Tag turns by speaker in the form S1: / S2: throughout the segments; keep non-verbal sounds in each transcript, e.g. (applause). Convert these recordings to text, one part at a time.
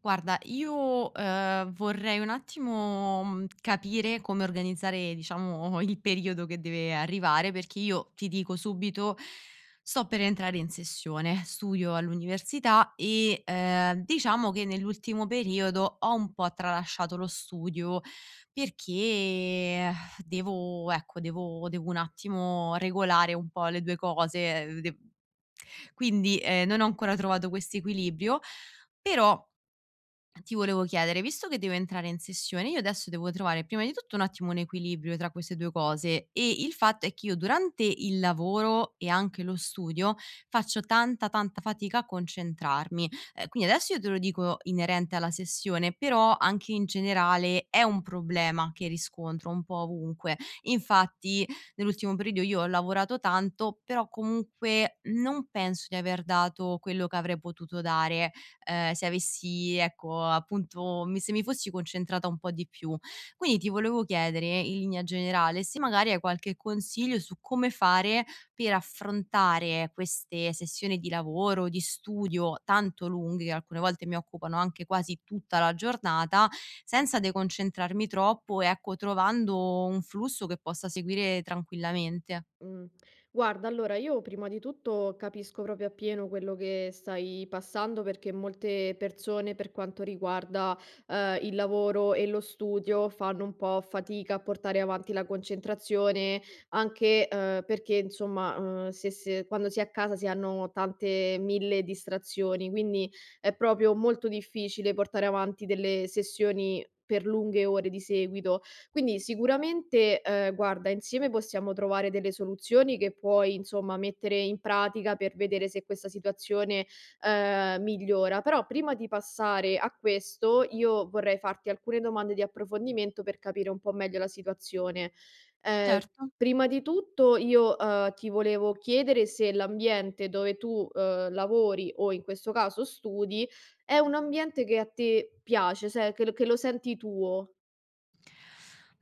S1: Guarda, io, vorrei un attimo, capire come organizzare, diciamo, il periodo che deve arrivare, perché io, ti dico subito, sto per entrare in sessione, studio all'università e, diciamo che nell'ultimo periodo ho un po' tralasciato lo studio perché devo ecco, devo un attimo regolare un po' le 2 cose, de quindi, non ho ancora trovato questo equilibrio, però ti volevo chiedere, visto che devo entrare in sessione, io adesso devo trovare prima di tutto un attimo un equilibrio tra queste 2 cose e il fatto è che io durante il lavoro e anche lo studio faccio tanta, tanta fatica a concentrarmi. Quindi adesso io te lo dico inerente alla sessione, però anche in generale è un problema che riscontro un po' ovunque. Infatti nell'ultimo periodo io ho lavorato tanto, però comunque non penso di aver dato quello che avrei potuto dare se avessi ecco, appunto mi se mi fossi concentrata un po' di più. Quindi ti volevo chiedere, in linea generale, se magari hai qualche consiglio su come fare per affrontare queste sessioni di lavoro, di studio tanto lunghe, che alcune volte mi occupano anche quasi tutta la giornata, senza deconcentrarmi troppo, e, ecco, trovando un flusso che possa seguire tranquillamente.
S2: Mh. Guarda, allora io prima di tutto capisco proprio appieno quello che stai passando perché molte persone per quanto riguarda, il lavoro e lo studio fanno un po' fatica a portare avanti la concentrazione anche, perché insomma, se quando si è a casa si hanno tante 1000 distrazioni, quindi è proprio molto difficile portare avanti delle sessioni per lunghe ore di seguito. Quindi sicuramente, guarda, insieme possiamo trovare delle soluzioni che puoi, insomma, mettere in pratica per vedere se questa situazione, migliora. Però prima di passare a questo, io vorrei farti alcune domande di approfondimento per capire un po' meglio la situazione. Ehm,
S1: Certo.
S2: prima di tutto io, ti volevo chiedere se l'ambiente dove tu, lavori o in questo caso studi, è un ambiente che a te piace, se che lo senti tuo.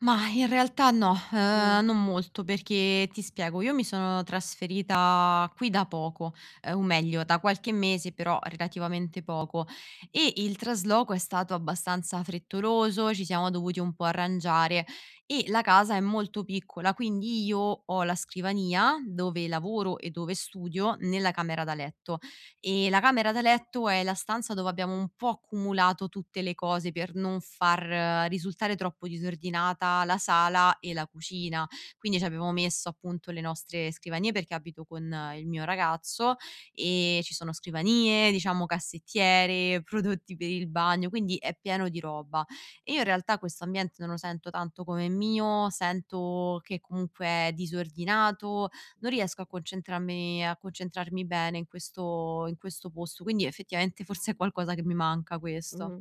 S1: Mah, in realtà no,
S2: Mh.
S1: non molto perché ti spiego, io mi sono trasferita qui da poco, o meglio da qualche mese, però relativamente poco, e il trasloco è stato abbastanza frettoloso, ci siamo dovuti un po' arrangiare e la casa è molto piccola, quindi io ho la scrivania dove lavoro e dove studio nella camera da letto. E la camera da letto è la stanza dove abbiamo un po' accumulato tutte le cose per non far risultare troppo disordinata la sala e la cucina. Quindi ci abbiamo messo appunto le nostre scrivanie perché abito con il mio ragazzo e ci sono scrivanie, diciamo cassettiere, (laughs) prodotti per il bagno, quindi è pieno di roba. E io in realtà questo ambiente non lo sento tanto come mio, sento che comunque è disordinato, non riesco a concentrarmi bene in questo posto. Quindi effettivamente forse è qualcosa che mi manca questo.
S2: Mh.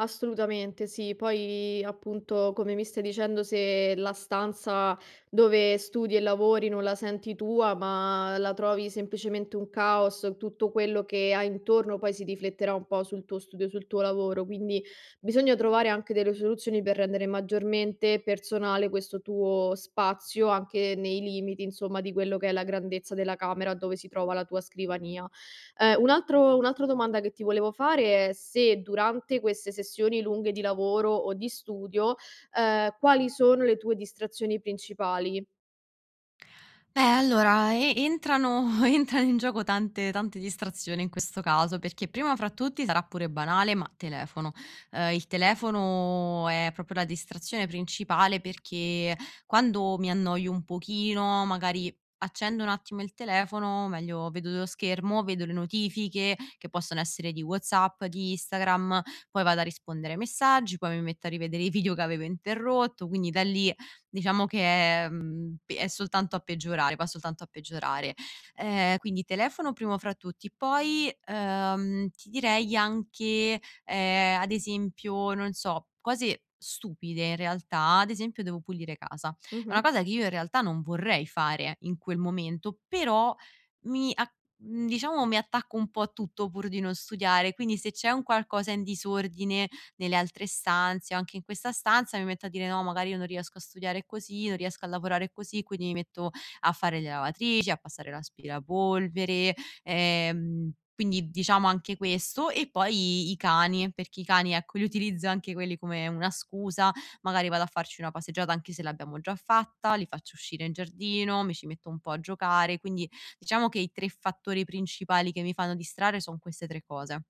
S2: Assolutamente sì. Poi appunto, come mi stai dicendo, se la stanza dove studi e lavori non la senti tua, ma la trovi semplicemente un caos, tutto quello che hai intorno poi si rifletterà un po' sul tuo studio, sul tuo lavoro. Quindi bisogna trovare anche delle soluzioni per rendere maggiormente personale questo tuo spazio, anche nei limiti, insomma, di quello che è la grandezza della camera dove si trova la tua scrivania. Un'altra domanda che ti volevo fare è se durante queste sessioni lunghe di lavoro o di studio, quali sono le tue distrazioni principali?
S1: Beh, allora e entrano (laughs) entrano in gioco tante distrazioni in questo caso, perché prima fra tutti sarà pure banale, ma telefono. Il telefono è proprio la distrazione principale perché quando mi annoio un pochino, magari accendo un attimo il telefono, o meglio vedo lo schermo, vedo le notifiche che possono essere di WhatsApp, di Instagram, poi vado a rispondere ai messaggi, poi mi metto a rivedere i video che avevo interrotto, quindi da lì diciamo che, è, mhmm, p è soltanto a peggiorare, va soltanto a peggiorare. Quindi telefono primo fra tutti, poi, ti direi anche, ad esempio, non so, cose stupide in realtà, ad esempio devo pulire casa. È una
S2: Mh-mh.
S1: cosa che io in realtà non vorrei fare in quel momento, però mi ac diciamo mi attacco un po' a tutto pur di non studiare, quindi se c'è un qualcosa in disordine nelle altre stanze o anche in questa stanza mi metto a dire: "No, magari io non riesco a studiare così, non riesco a lavorare così", quindi mi metto a fare le lavatrici, a passare l'aspirapolvere, quindi diciamo anche questo. E poi i cani, perché i cani, ecco, li utilizzo anche quelli come una scusa, magari vado a farci una passeggiata anche se l'abbiamo già fatta, li faccio uscire in giardino, mi ci metto un po' a giocare, quindi diciamo che i 3 fattori principali che mi fanno distrarre son queste 3 cose.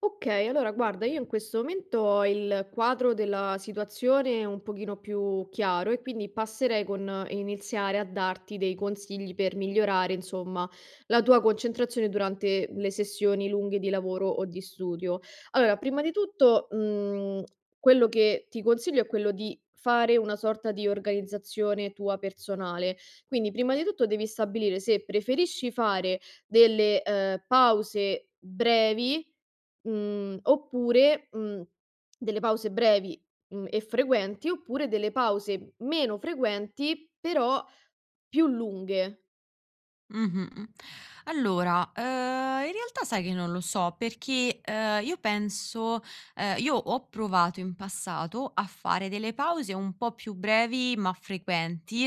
S2: Okay, allora guarda, io in questo momento ho il quadro della situazione un pochino più chiaro e quindi passerei con iniziare a darti dei consigli per migliorare, insomma, la tua concentrazione durante le sessioni lunghe di lavoro o di studio. Allora, prima di tutto, quello che ti consiglio è quello di fare una sorta di organizzazione tua personale. Quindi, prima di tutto devi stabilire se preferisci fare delle, pause brevi. Mhmm, oppure, mhmm, delle pause brevi, e frequenti, oppure delle pause meno frequenti però più lunghe.
S1: Mh-mh. Allora, in realtà sai che non lo so perché, io ho provato in passato a fare delle pause un po' più brevi ma frequenti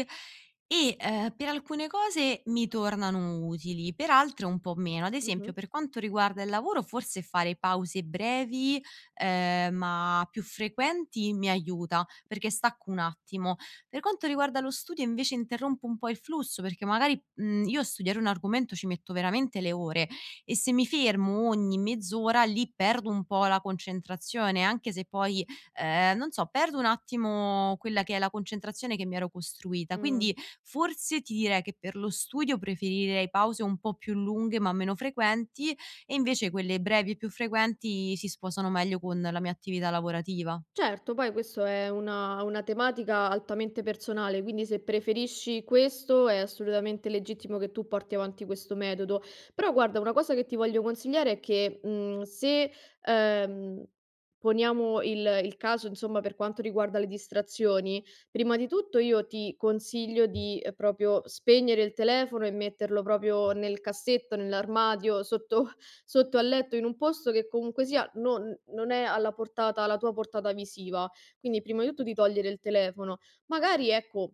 S1: e, per alcune cose mi tornano utili, per altre un po' meno. Ad esempio,
S2: Mh-mh.
S1: per quanto riguarda il lavoro forse fare pause brevi, ma più frequenti mi aiuta, perché stacco un attimo. Per quanto riguarda lo studio invece interrompo un po' il flusso, perché magari, io a studiare un argomento ci metto veramente le ore e se mi fermo ogni mezz'ora lì perdo un po' la concentrazione, anche se poi, non so, perdo un attimo quella che è la concentrazione che mi ero costruita.
S2: Mh.
S1: Quindi forse ti direi che per lo studio preferirei pause un po' più lunghe ma meno frequenti e invece quelle brevi e più frequenti si sposano meglio con la mia attività lavorativa.
S2: Certo, poi questo è una tematica altamente personale, quindi se preferisci questo è assolutamente legittimo che tu porti avanti questo metodo. Però guarda, una cosa che ti voglio consigliare è che, se, ehm, poniamo il caso insomma per quanto riguarda le distrazioni, prima di tutto io ti consiglio di, proprio spegnere il telefono e metterlo proprio nel cassetto, nell'armadio, sotto al letto in un posto che comunque sia non è alla tua portata visiva. Quindi prima di tutto di togliere il telefono. Magari ecco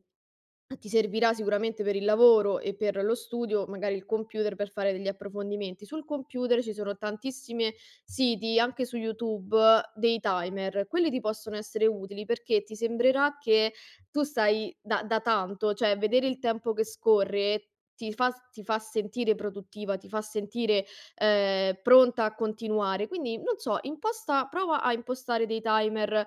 S2: ti servirà sicuramente per il lavoro e per lo studio, magari il computer per fare degli approfondimenti. Sul computer ci sono tantissimi siti, anche su YouTube, dei timer. Quelli ti possono essere utili perché ti sembrerà che tu stai da tanto, cioè vedere il tempo che scorre ti fa sentire produttiva, ti fa sentire pronta a continuare. Quindi, non so, prova a impostare dei timer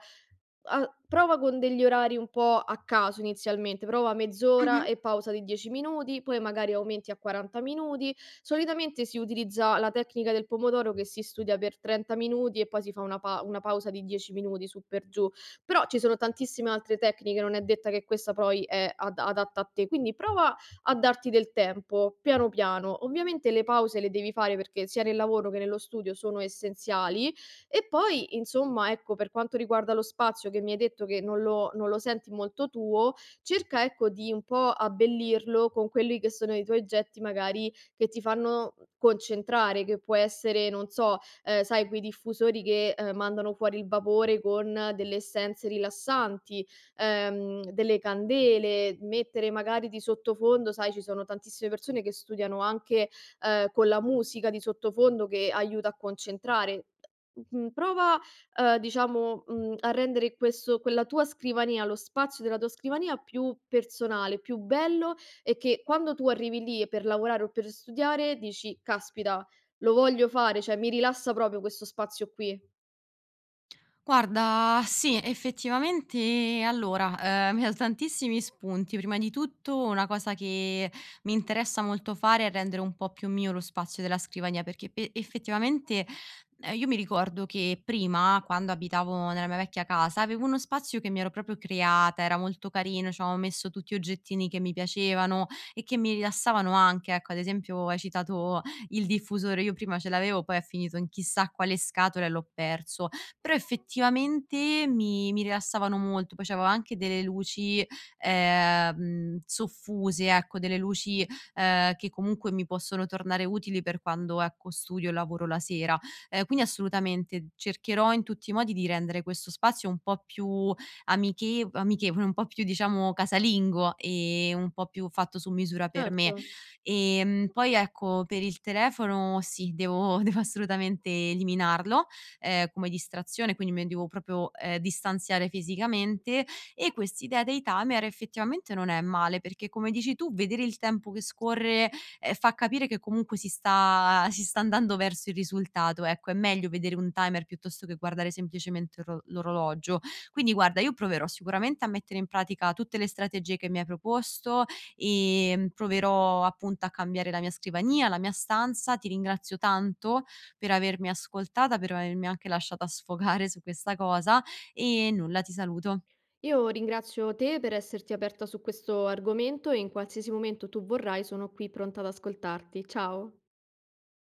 S2: a prova con degli orari un po' a caso inizialmente, prova mezz'ora
S1: Mh-mh.
S2: e pausa di 10 minuti, poi magari aumenti a 40 minuti. Solitamente si utilizza la tecnica del pomodoro che si studia per 30 minuti e poi si fa una pa una pausa di 10 minuti su per giù. Però ci sono tantissime altre tecniche, non è detta che questa poi è ad adatta a te. Quindi prova a darti del tempo, piano piano. Ovviamente le pause le devi fare perché sia nel lavoro che nello studio sono essenziali, e poi, insomma, ecco, per quanto riguarda lo spazio che mi hai detto che non lo senti molto tuo, cerca, ecco, di un po' abbellirlo con quelli che sono i tuoi oggetti magari che ti fanno concentrare, che può essere, non so, sai quei diffusori che, mandano fuori il vapore con delle essenze rilassanti, delle candele, mettere magari di sottofondo sai ci sono tantissime persone che studiano anche, con la musica di sottofondo che aiuta a concentrare. Mh-mh, prova, a rendere questo quella tua scrivania, lo spazio della tua scrivania più personale, più bello e che quando tu arrivi lì per lavorare o per studiare dici: "Caspita, lo voglio fare, cioè mi rilassa proprio questo spazio qui".
S1: Guarda, sì, effettivamente allora, mi ha dato tantissimi spunti. Prima di tutto una cosa che mi interessa molto fare è rendere un po' più mio lo spazio della scrivania, perché pe effettivamente, io mi ricordo che prima, quando abitavo nella mia vecchia casa, avevo uno spazio che mi ero proprio creata, era molto carino, c'avevo messo tutti oggettini che mi piacevano e che mi rilassavano anche. Ecco, ad esempio hai citato il diffusore, io prima ce l'avevo, poi è finito in chissà quale scatola e l'ho perso però effettivamente mi rilassavano molto, poi c'avevo anche delle luci, soffuse, ecco, delle luci, che comunque mi possono tornare utili per quando, ecco, studio e lavoro la sera. Quindi assolutamente cercherò in tutti i modi di rendere questo spazio un po' più amichevole, un po' più diciamo casalingo e un po' più fatto su misura per
S2: Certo.
S1: me. Poi ecco, per il telefono sì, devo (laughs) devo assolutamente eliminarlo, come distrazione, quindi mi devo proprio, distanziare fisicamente e quest'idea dei timer effettivamente non è male, perché come dici tu vedere il tempo che scorre, fa capire che comunque si sta andando verso il risultato, ecco. È meglio vedere un timer piuttosto che guardare semplicemente ro l'orologio. Quindi guarda, io proverò sicuramente a mettere in pratica tutte le strategie che mi hai proposto, proverò appunto a cambiare la mia scrivania, la mia stanza. Ti ringrazio tanto per avermi ascoltata, per avermi anche lasciata sfogare su questa cosa e nulla, ti saluto.
S2: Io ringrazio te per esserti aperta su questo argomento e in qualsiasi momento tu vorrai sono qui pronta ad ascoltarti. Ciao.